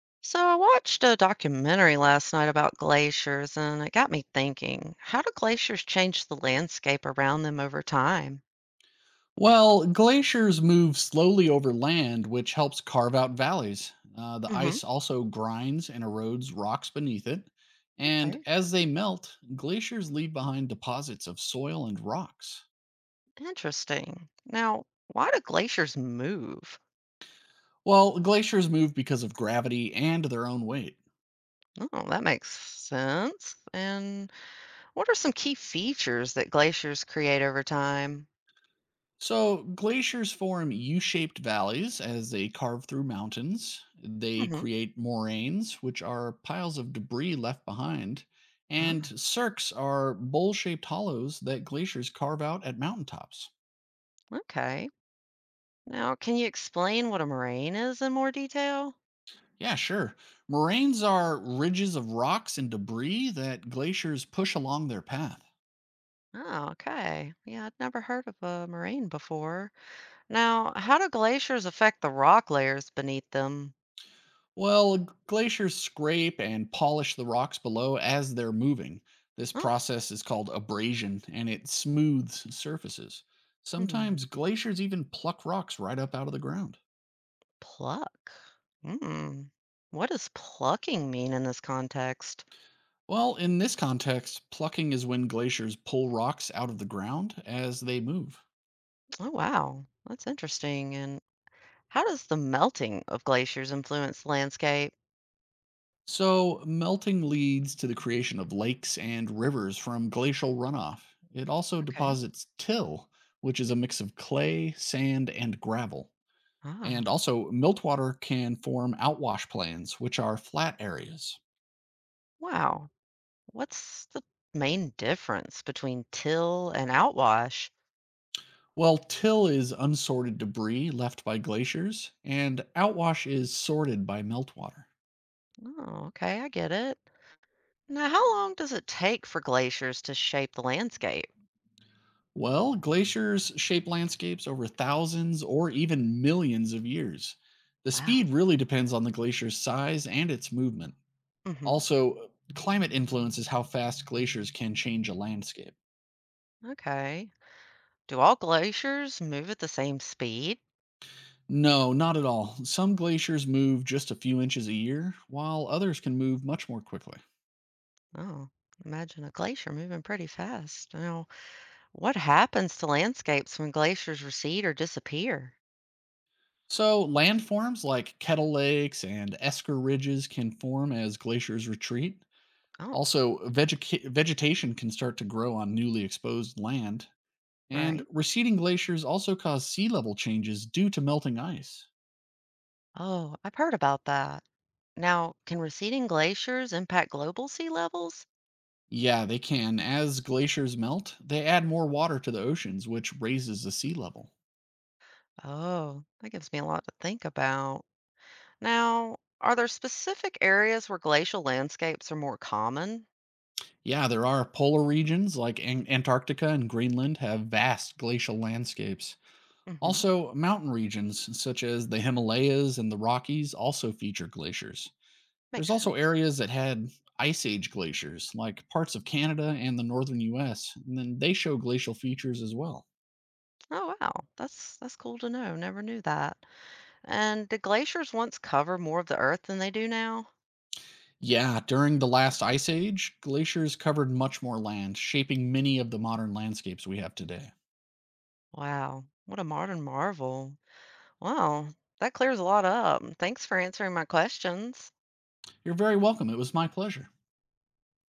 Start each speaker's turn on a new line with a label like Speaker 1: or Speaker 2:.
Speaker 1: So I watched a documentary last night about glaciers and it got me thinking, how do glaciers change the landscape around them over time?
Speaker 2: Well, glaciers move slowly over land, which helps carve out valleys. The
Speaker 1: Hmm.
Speaker 2: ice also grinds and erodes rocks beneath it. And
Speaker 1: Okay.
Speaker 2: as they melt, glaciers leave behind deposits of soil and rocks.
Speaker 1: Interesting. Now, why do glaciers move?
Speaker 2: Well, glaciers move because of gravity and their own weight.
Speaker 1: Oh, that makes sense. And what are some key features that glaciers create over time?
Speaker 2: So, glaciers form U shaped valleys as they carve through mountains. They
Speaker 1: Hmm.
Speaker 2: create moraines, which are piles of debris left behind. And
Speaker 1: Oh,
Speaker 2: cirques are bowl shaped hollows that glaciers carve out at mountaintops.
Speaker 1: okay. Now, can you explain what a moraine is in more detail?
Speaker 2: Yeah, sure. Moraines are ridges of rocks and debris that glaciers push along their path.
Speaker 1: Oh, okay. Yeah, I'd never heard of a moraine before. Now, how do glaciers affect the rock layers beneath them?
Speaker 2: Well, glaciers scrape and polish the rocks below as they're moving. This
Speaker 1: Oh,
Speaker 2: process is called abrasion and it smooths surfaces.
Speaker 1: hmm.
Speaker 2: Sometimes glaciers even pluck rocks right up out of the ground.
Speaker 1: Pluck. Hmm. What does plucking mean in this context?
Speaker 2: Well, in this context, plucking is when glaciers pull rocks out of the ground as they move.
Speaker 1: Oh, wow. That's interesting. And how does the melting of glaciers influence the landscape?
Speaker 2: So, melting leads to the creation of lakes and rivers from glacial runoff. It also
Speaker 1: Okay.
Speaker 2: deposits till, which is a mix of clay, sand, and gravel.
Speaker 1: Ah,
Speaker 2: And also, miltwater can form outwash plains, which are flat areas.
Speaker 1: wow. What's the main difference between till and outwash?
Speaker 2: Well, till is unsorted debris left by glaciers, and outwash is sorted by meltwater.
Speaker 1: Oh, okay. I get it. Now, how long does it take for glaciers to shape the landscape?
Speaker 2: Well, glaciers shape landscapes over thousands or even millions of years. The speed
Speaker 1: Wow.
Speaker 2: really depends on the glacier's size and its movement.
Speaker 1: Hmm.
Speaker 2: Also, climate influences how fast glaciers can change a landscape.
Speaker 1: Okay. Do all glaciers move at the same speed?
Speaker 2: No, not at all. Some glaciers move just a few inches a year, while others can move much more quickly.
Speaker 1: Oh, imagine a glacier moving pretty fast. Now, what happens to landscapes when glaciers recede or disappear?
Speaker 2: So, landforms like kettle lakes and esker ridges can form as glaciers retreat.
Speaker 1: Oh,
Speaker 2: Also, vegetation can start to grow on newly exposed land. And
Speaker 1: right.
Speaker 2: receding glaciers also cause sea level changes due to melting ice.
Speaker 1: Oh, I've heard about that. Now, can receding glaciers impact global sea levels?
Speaker 2: Yeah, they can. As glaciers melt, they add more water to the oceans, which raises the sea level.
Speaker 1: Oh, that gives me a lot to think about. Now, are there specific areas where glacial landscapes are more common?
Speaker 2: Yeah, there are polar regions like Antarctica and Greenland have vast glacial landscapes.
Speaker 1: Hmm.
Speaker 2: Also, mountain regions such as the Himalayas and the Rockies also feature glaciers. There's
Speaker 1: Makes
Speaker 2: also
Speaker 1: sense.
Speaker 2: areas that had ice age glaciers, like parts of Canada and the northern US, and then they show glacial features as well.
Speaker 1: Oh, wow. That's cool to know. Never knew that. And did glaciers once cover more of the Earth than they do now?
Speaker 2: Yeah, during the last ice age, glaciers covered much more land, shaping many of the modern landscapes we have today.
Speaker 1: Wow, what a modern marvel. Wow, that clears a lot up. Thanks for answering my questions.
Speaker 2: You're very welcome. It was my pleasure.